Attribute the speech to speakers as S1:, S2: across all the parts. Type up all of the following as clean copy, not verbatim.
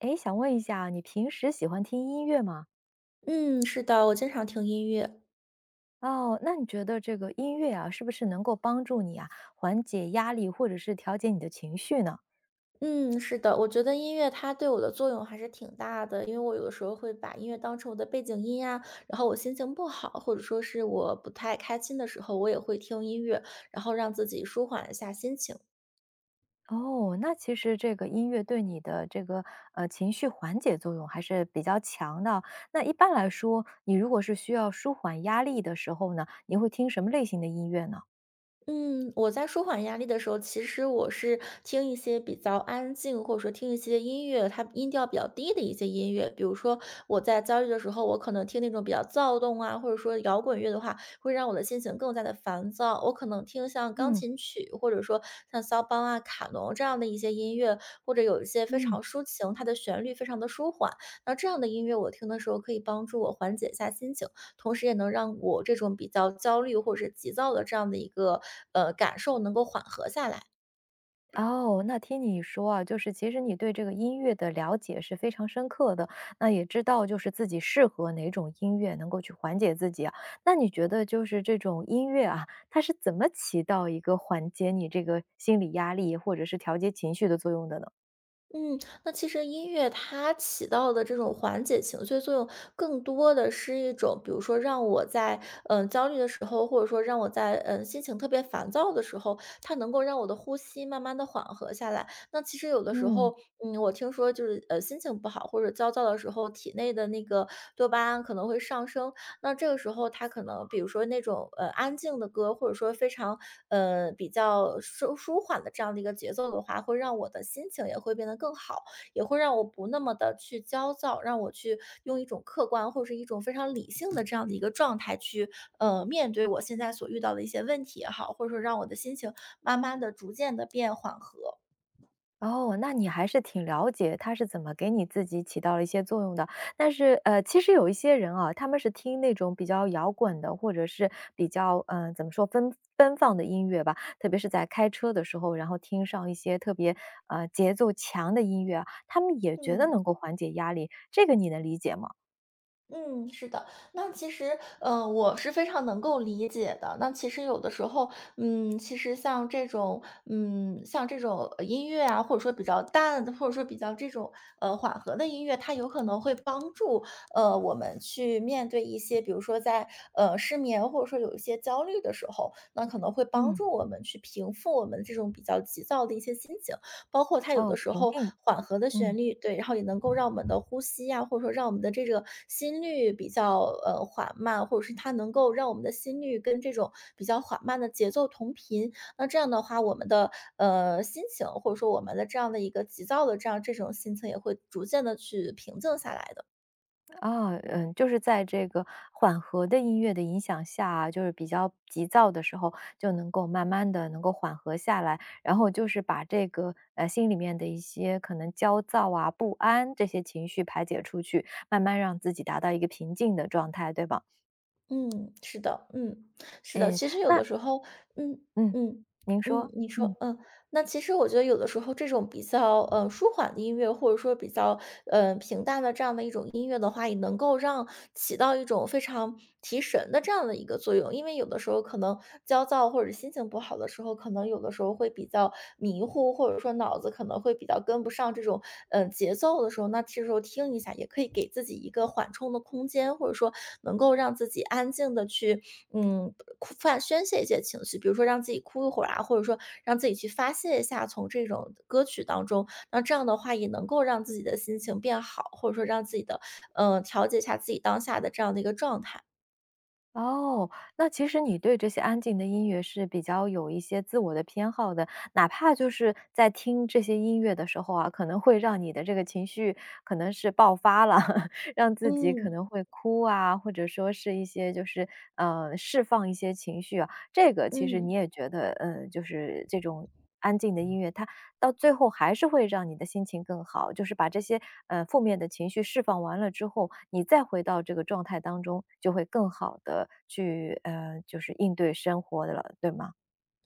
S1: 诶，想问一下啊，你平时喜欢听音乐吗？
S2: 嗯，是的，我经常听音乐。
S1: 哦，那你觉得这个音乐啊，是不是能够帮助你啊，缓解压力或者是调节你的情绪呢？
S2: 嗯，是的，我觉得音乐它对我的作用还是挺大的，因为我有的时候会把音乐当成我的背景音呀，然后我心情不好，或者说是我不太开心的时候，我也会听音乐，然后让自己舒缓一下心情。
S1: 哦，那其实这个音乐对你的这个情绪缓解作用还是比较强的。那一般来说，你如果是需要舒缓压力的时候呢，你会听什么类型的音乐呢？
S2: 嗯，我在舒缓压力的时候，其实我是听一些比较安静，或者说听一些音乐，它音调比较低的一些音乐。比如说我在焦虑的时候，我可能听那种比较躁动啊，或者说摇滚乐的话，会让我的心情更加的烦躁。我可能听像钢
S1: 嗯
S2: 琴曲，或者说像肖邦啊、卡农这样的一些音乐，或者有一些非
S1: 嗯。
S2: 常抒情，它的旋律非常的舒缓。那这样的音乐我听的时候，可以帮助我缓解一下心情。同时也能让我这种比较焦虑或者是急躁的这样的一个感受能够缓和下来。
S1: 哦，那听你说啊，就是其实你对这个音乐的了解是非常深刻的，那也知道就是自己适合哪种音乐能够去缓解自己啊。那你觉得就是这种音乐啊，它是怎么起到一个缓解你这个心理压力或者是调节情绪的作用的呢？
S2: 嗯，那其实音乐它起到的这种缓解情绪作用，更多的是一种，比如说让我在焦虑的时候，或者说让我在心情特别烦躁的时候，它能够让我的呼吸慢慢的缓和下来。那其实有的时
S1: 嗯。
S2: 候，我听说就是心情不好或者焦躁的时候，体内的那个多巴胺可能会上升，那这个时候他可能比如说那种，安静的歌，或者说非常，比较舒缓的这样的一个节奏的话，会让我的心情也会变得更好，也会让我不那么的去焦躁，让我去用一种客观或者是一种非常理性的这样的一个状态去，面对我现在所遇到的一些问题也好，或者说让我的心情慢慢的、逐渐的变缓和，
S1: 哦，那你还是挺了解它是怎么给你自己起到了一些作用的。但是，其实有一些人啊，他们是听那种比较摇滚的，或者是比较，怎么说奔放的音乐吧，特别是在开车的时候，然后听上一些特别节奏强的音乐啊，他们也觉得
S2: 嗯。
S1: 能够缓解压力，这个你能理解吗？
S2: 嗯，是的。那其实，我是非常能够理解的。那其实有的时候，其实像这种，像这种音乐啊，或者说比较淡，的，或者说比较这种缓和的音乐，它有可能会帮助我们去面对一些，比如说在失眠或者说有一些焦虑的时候，那可能会帮
S1: 嗯。
S2: 助我们去平复我们这种比较急躁的一些心情。包括它有
S1: 哦，
S2: 的时
S1: 平
S2: 候
S1: 静，
S2: 缓和的
S1: 嗯。
S2: 旋律，对，然后也能够让我们的呼吸呀，或者说让我们的这个心率比较缓慢，或者是它能够让我们的心率跟这种比较缓慢的节奏同频。那这样的话，我们的心情或者说我们的这样的一个急躁的这样这种心情也会逐渐的去平静下来的。
S1: 啊，嗯，就是在这个缓和的音乐的影响下啊，就是比较急躁的时候，就能够慢慢的能够缓和下来，然后就是把这个，心里面的一些可能焦躁啊、不安这些情绪排解出去，慢慢让自己达到一个平静的状态，对吧？
S2: 嗯，是的，嗯，是的。
S1: 哎，
S2: 其实有
S1: 那
S2: 的时候，嗯
S1: 嗯，
S2: 嗯
S1: 您说，
S2: 你
S1: 嗯。
S2: 说，那其实我觉得有的时候这种比较舒缓的音乐，或者说比较平淡的这样的一种音乐的话，也能够让起到一种非常提神的这样的一个作用。因为有的时候可能焦躁或者心情不好的时候，可能有的时候会比较迷糊，或者说脑子可能会比较跟不上这种，节奏的时候，那这时候听一下，也可以给自己一个缓冲的空间，或者说能够让自己安静的去，嗯，哭发宣泄一些情绪，比如说让自己哭一会儿啊，或者说让自己去发泄一下从这种歌曲当中，那这样的话也能够让自己的心情变好，或者说让自己的，调节一下自己当下的这样的一个状态。
S1: 哦，那其实你对这些安静的音乐是比较有一些自我的偏好的，哪怕就是在听这些音乐的时候啊，可能会让你的这个情绪可能是爆发了，让自己可
S2: 嗯，
S1: 能会哭啊，或者说是一些就是释放一些情绪啊，这个其实你
S2: 嗯。
S1: 也觉得，就是这种。安静的音乐，它。到最后还是会让你的心情更好，就是把这些，负面的情绪释放完了之后，你再回到这个状态当中，就会更好的去，就是应对生活的了，对吗？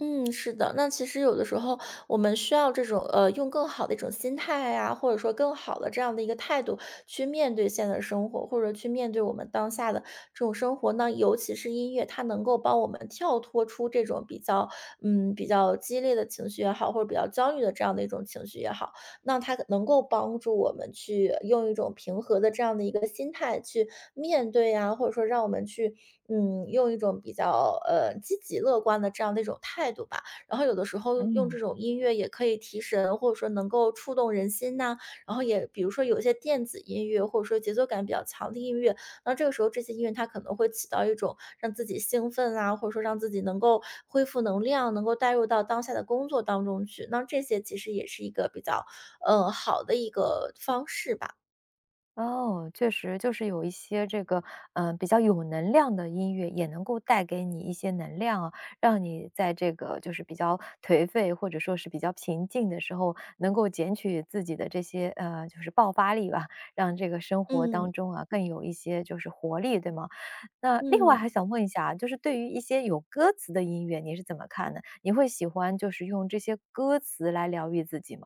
S2: 嗯，是的，那其实有的时候我们需要这种用更好的一种心态啊，或者说更好的这样的一个态度去面对现在的生活，或者去面对我们当下的这种生活那尤其是音乐，它能够帮我们跳脱出这种比较比较激烈的情绪也好，或者比较焦虑的这样的一种情绪也好，那它能够帮助我们去用一种平和的这样的一个心态去面对啊，或者说让我们去用一种比较，积极乐观的这样的一种态度吧。然后有的时候用
S1: 嗯。
S2: 这种音乐也可以提神，或者说能够触动人心呐。然后也比如说有一些电子音乐，或者说节奏感比较强的音乐，那这个时候这些音乐它可能会起到一种让自己兴奋啊，或者说让自己能够恢复能量，能够带入到当下的工作当中去。那这些其实也是一个比较好的一个方式吧。
S1: 哦，确实就是有一些这个，嗯，比较有能量的音乐，也能够带给你一些能量啊，让你在这个就是比较颓废或者说是比较平静的时候，能够捡取自己的这些，就是爆发力吧，让这个生活
S2: 嗯，
S1: 当中啊更有一些就是活力，对吗？那另外还
S2: 嗯。
S1: 想问一下啊就是对于一些有歌词的音乐，你是怎么看的？你会喜欢就是用这些歌词来疗愈自己吗？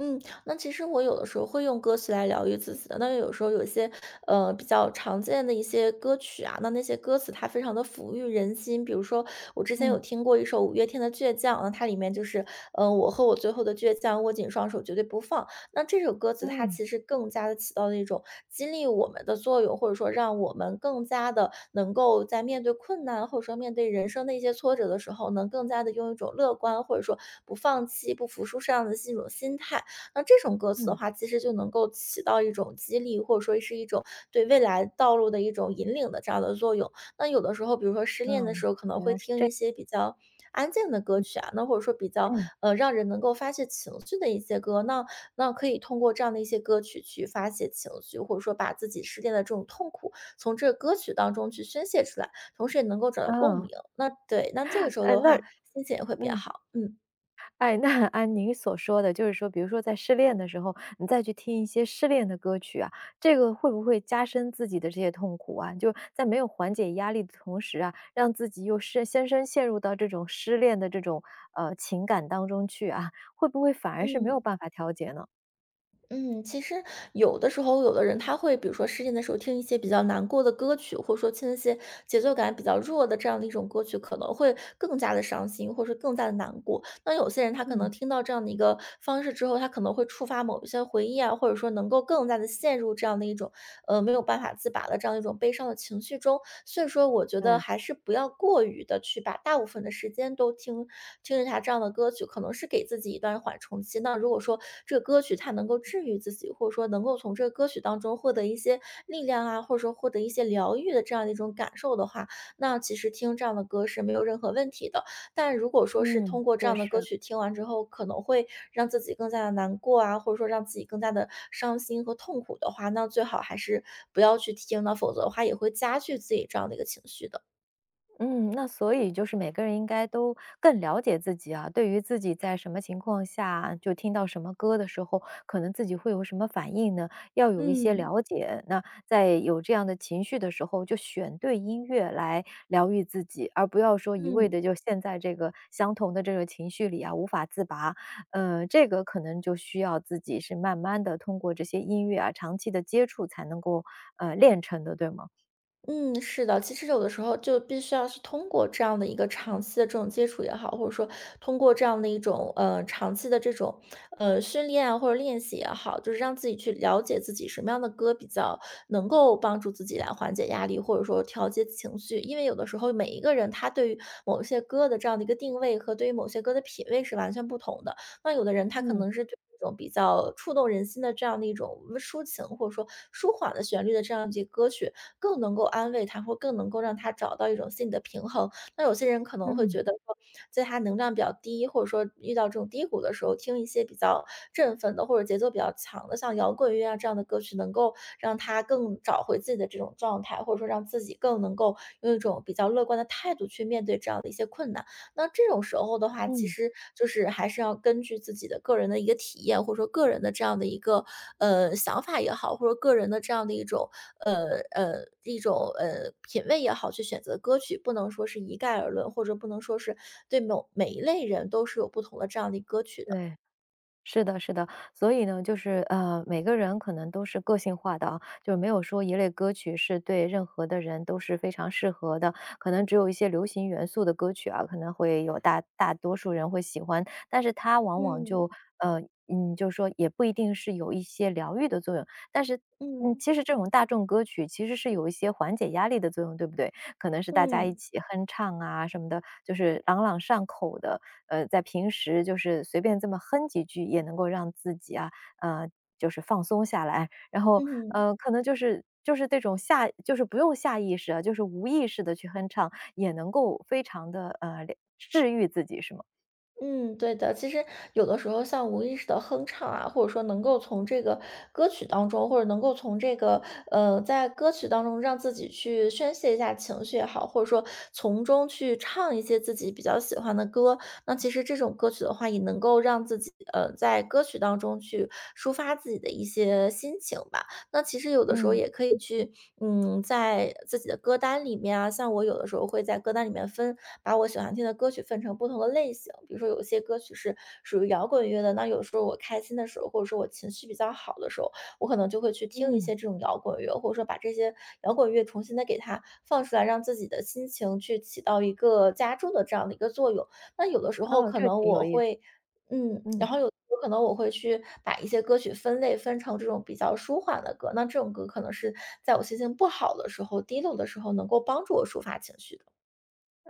S2: 嗯，那其实我有的时候会用歌曲来疗愈自己的。那有时候有一些，比较常见的一些歌曲啊，那那些歌词它非常的抚育人心。比如说我之前
S1: 嗯
S2: 有听过一首五月天的《倔强》，那它里面就是“我和我最后的倔强，握紧双手绝对不放”。那这首歌词它
S1: 嗯
S2: 其实更加的起到了一种激励我们的作用，或者说让我们更加的能够在面对困难，或者说面对人生的一些挫折的时候，能更加的用一种乐观，或者说不放弃、不服输这样的一种心态。那这种歌词的
S1: 嗯
S2: 话，其实就能够起到一种激励，或者说是一种对未来道路的一种引领的这样的作用。那有的时候，比如说失恋的时
S1: 嗯
S2: 候，可能会听一些比较安静的歌曲啊，那或者说比较
S1: 嗯。
S2: 让人能够发泄情绪的一些歌，那可以通过这样的一些歌曲去发泄情绪，或者说把自己失恋的这种痛苦从这个歌曲当中去宣泄出来，同时也能够找到共
S1: 嗯。
S2: 鸣。那对，那这个时候
S1: 哎，
S2: 的
S1: 那
S2: 话，心情也会变
S1: 嗯，
S2: 好。嗯
S1: 哎，那按您所说的，就是说，比如说在失恋的时候，你再去听一些失恋的歌曲啊，这个会不会加深自己的这些痛苦啊？就在没有缓解压力的同时啊，让自己又深深陷入到这种失恋的这种情感当中去啊，会不会反而是没有
S2: 嗯。
S1: 办法调节呢？
S2: 嗯，其实有的时候，有的人他会比如说失恋的时候听一些比较难过的歌曲，或者说听一些节奏感比较弱的这样的一种歌曲，可能会更加的伤心，或者说更加的难过。那有些人他可
S1: 嗯。
S2: 能听到这样的一个方式之后，他可能会触发某一些回忆啊，或者说能够更加的陷入这样的一种没有办法自拔的这样一种悲伤的情绪中。所以说我觉得
S1: 对，
S2: 还是不要过于的去把大部分的时间都听听着他这样的歌曲，可能是给自己一段缓冲期。那如果说这个歌曲它能够治愈自己，或者说能够从这个歌曲当中获得一些力量啊，或者说获得一些疗愈的这样的一种感受的话，那其实听这样的歌是没有任何问题的。但如果说是
S1: 嗯，
S2: 通过这
S1: 会
S2: 样的歌
S1: 是。
S2: 曲听完之后，可能会让自己更加的难过啊，或者说让自己更加的伤心和痛苦的话，那最好还是不要去听了，否则的话也会加剧自己这样的一个情绪的。
S1: 嗯，那所以就是每个人应该都更了解自己啊，对于自己在什么情况下就听到什么歌的时候，可能自己会有什么反应呢？要有一些
S2: 嗯。
S1: 了解。那在有这样的情绪的时候，就选对音乐来疗愈自己，而不要说一味
S2: 嗯。
S1: 的就陷在这个相同的这个情绪里啊，无法自拔。这个可能就需要自己是慢慢的通过这些音乐啊，长期的接触才能够练成的，对吗？
S2: 嗯，是的，其实有的时候就必须要是通过这样的一个长期的这种接触也好，或者说通过这样的一种长期的这种训练啊或者练习也好，就是让自己去了解自己什么样的歌比较能够帮助自己来缓解压力，或者说调节情绪。因为有的时候每一个人他对于某些歌的这样的一个定位和对于某些歌的品味是完全不同的，那有的人他可
S1: 嗯
S2: 能是对这种比较触动人心的这样的一种抒情，或者说舒缓的旋律的这样一些歌曲，更能够安慰他，或更能够让他找到一种心理的平衡。那有些人可能会
S1: 嗯，
S2: 觉得说，在他能量比较低，或者说遇到这种低谷的时候，听一些比较振奋的或者节奏比较强的，像摇滚乐啊这样的歌曲，能够让他更找回自己的这种状态，或者说让自己更能够用一种比较乐观的态度去面对这样的一些困难。那这种时候的话，其
S1: 嗯，
S2: 实就是还是要根据自己的个人的一个体验，或者说个人的这样的一个想法也好，或者个人的这样的一种品味也好，去选择歌曲，不能说是一概而论，或者不能说是对某每一类人都是有不同的这样的歌曲的。
S1: 对。是的，是的，所以呢，就是每个人可能都是个性化的啊，就是没有说一类歌曲是对任何的人都是非常适合的。可能只有一些流行元素的歌曲啊，可能会有大多数人会喜欢，但是它往往
S2: 嗯
S1: 就呃，就是说也不一定是有一些疗愈的作用。但是，嗯，
S2: 嗯
S1: 其实这种大众歌曲其实是有一些缓解压力的作用，对不对？可能是大家一
S2: 嗯
S1: 起哼唱啊什么的，就是朗朗上口的。在平时就是随便这么哼几句，也能够让自己啊，呃，就是放松下来。然后，
S2: 嗯。
S1: 可能就是这种下就是不用下意识啊，就是无意识的去哼唱，也能够非常的治愈自己是吗？
S2: 嗯，对的。其实有的时候像无意识的哼唱啊，或者说能够从这个歌曲当中，或者能够从这个在歌曲当中让自己去宣泄一下情绪也好，或者说从中去唱一些自己比较喜欢的歌。那其实这种歌曲的话，也能够让自己在歌曲当中去抒发自己的一些心情吧。那其实有的时候
S1: 嗯。
S2: 也可以去，嗯，在自己的歌单里面啊，像我有的时候会在歌单里面分，把我喜欢听的歌曲分成不同的类型。比如说有些歌曲是属于摇滚乐的，那有时候我开心的时候，或者说我情绪比较好的时候，我可能就会去听一
S1: 嗯。
S2: 些这种摇滚乐，或者说把这些摇滚乐重新的给它放出来，让自己的心情去起到一个加重的这样的一个作用。那有的时候
S1: 哦，
S2: 可
S1: 这个
S2: 能
S1: 挺有
S2: 我
S1: 意思，
S2: 会嗯，
S1: 嗯。
S2: 然后有可能我会去把一些歌曲分类分成这种比较舒缓的歌，那这种歌可能是在我心情不好的时候、低落的时候能够帮助我抒发情绪的。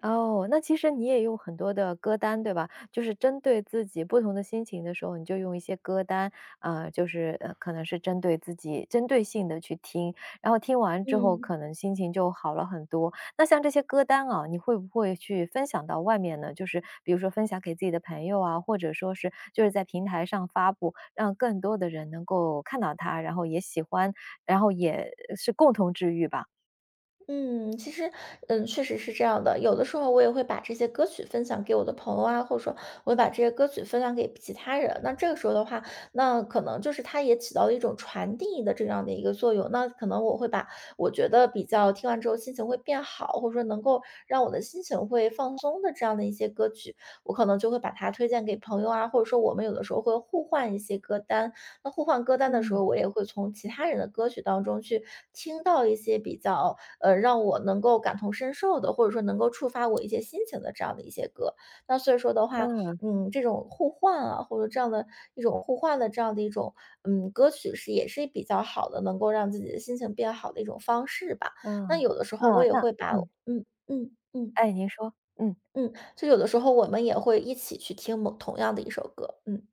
S1: 哦，那其实你也有很多的歌单，对吧？就是针对自己不同的心情的时候，你就用一些歌单，啊，就是可能是针对自己针对性的去听，然后听完之后
S2: 嗯。
S1: 可能心情就好了很多。那像这些歌单啊，你会不会去分享到外面呢？就是比如说分享给自己的朋友啊，或者说是就是在平台上发布，让更多的人能够看到它，然后也喜欢，然后也是共同治愈吧？
S2: 嗯，其实，嗯，确实是这样的。有的时候我也会把这些歌曲分享给我的朋友啊，或者说我会把这些歌曲分享给其他人。那这个时候的话，那可能就是它也起到了一种传递的这样的一个作用。那可能我会把我觉得比较听完之后心情会变好，或者说能够让我的心情会放松的这样的一些歌曲，我可能就会把它推荐给朋友啊，或者说我们有的时候会互换一些歌单。那互换歌单的时
S1: 嗯。
S2: 候，我也会从其他人的歌曲当中去听到一些比较。让我能够感同身受的，或者说能够触发我一些心情的这样的一些歌。那所以说的话，
S1: 嗯，
S2: 嗯，这种互换啊，或者这样的一种互换的这样的一种，嗯，歌曲是也是比较好的，能够让自己的心情变好的一种方式吧。
S1: 嗯，
S2: 那有的时
S1: 啊，
S2: 候我也
S1: 那
S2: 会把
S1: 嗯。
S2: 嗯嗯嗯
S1: 哎，您说，嗯，
S2: 嗯，就有的时候我们也会一起去听某同样的一首歌，嗯。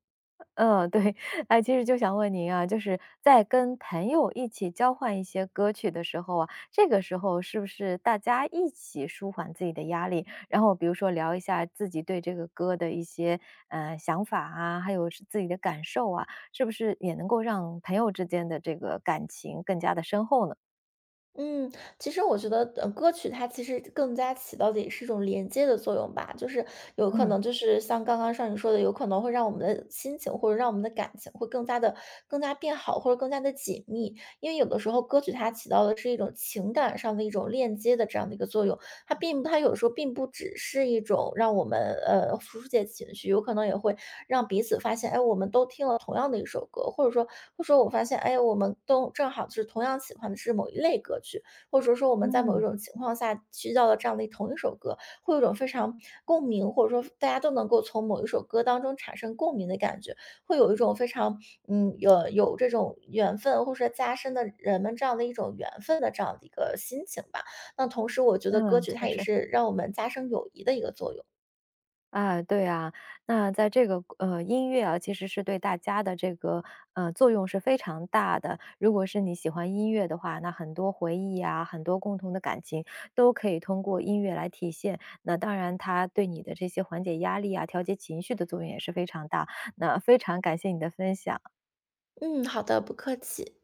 S1: 嗯，对，哎，其实就想问您啊，就是在跟朋友一起交换一些歌曲的时候啊，这个时候是不是大家一起舒缓自己的压力，然后比如说聊一下自己对这个歌的一些想法啊，还有是自己的感受啊，是不是也能够让朋友之间的这个感情更加的深厚呢？
S2: 嗯，其实我觉得，歌曲它其实更加起到的也是一种连接的作用吧，就是有可
S1: 嗯
S2: 能就是像刚刚上你说的，有可能会让我们的心情或者让我们的感情会更加的更加变好，或者更加的紧密。因为有的时候歌曲它起到的是一种情感上的一种链接的这样的一个作用，它并不，它有时候并不只是一种让我们疏解情绪，有可能也会让彼此发现，哎，我们都听了同样的一首歌，或者说，或者说我发现，哎，我们都正好是同样喜欢的是某一类歌曲，或者说我们在某一
S1: 嗯，
S2: 种情况下需要了这样的同一首歌，会有一种非常共鸣，或者说大家都能够从某一首歌当中产生共鸣的感觉，会有一种非常嗯有这种缘分，或者说加深的人们这样的一种缘分的这样的一个心情吧。那同时我觉得歌
S1: 嗯，
S2: 曲
S1: 确
S2: 它也
S1: 实。
S2: 是让我们加深友谊的一个作用。
S1: 啊，对啊，那在这个音乐啊，其实是对大家的这个作用是非常大的。如果是你喜欢音乐的话，那很多回忆啊，很多共同的感情都可以通过音乐来体现。那当然，它对你的这些缓解压力啊、调节情绪的作用也是非常大。那非常感谢你的分享。
S2: 嗯，好的，不客气。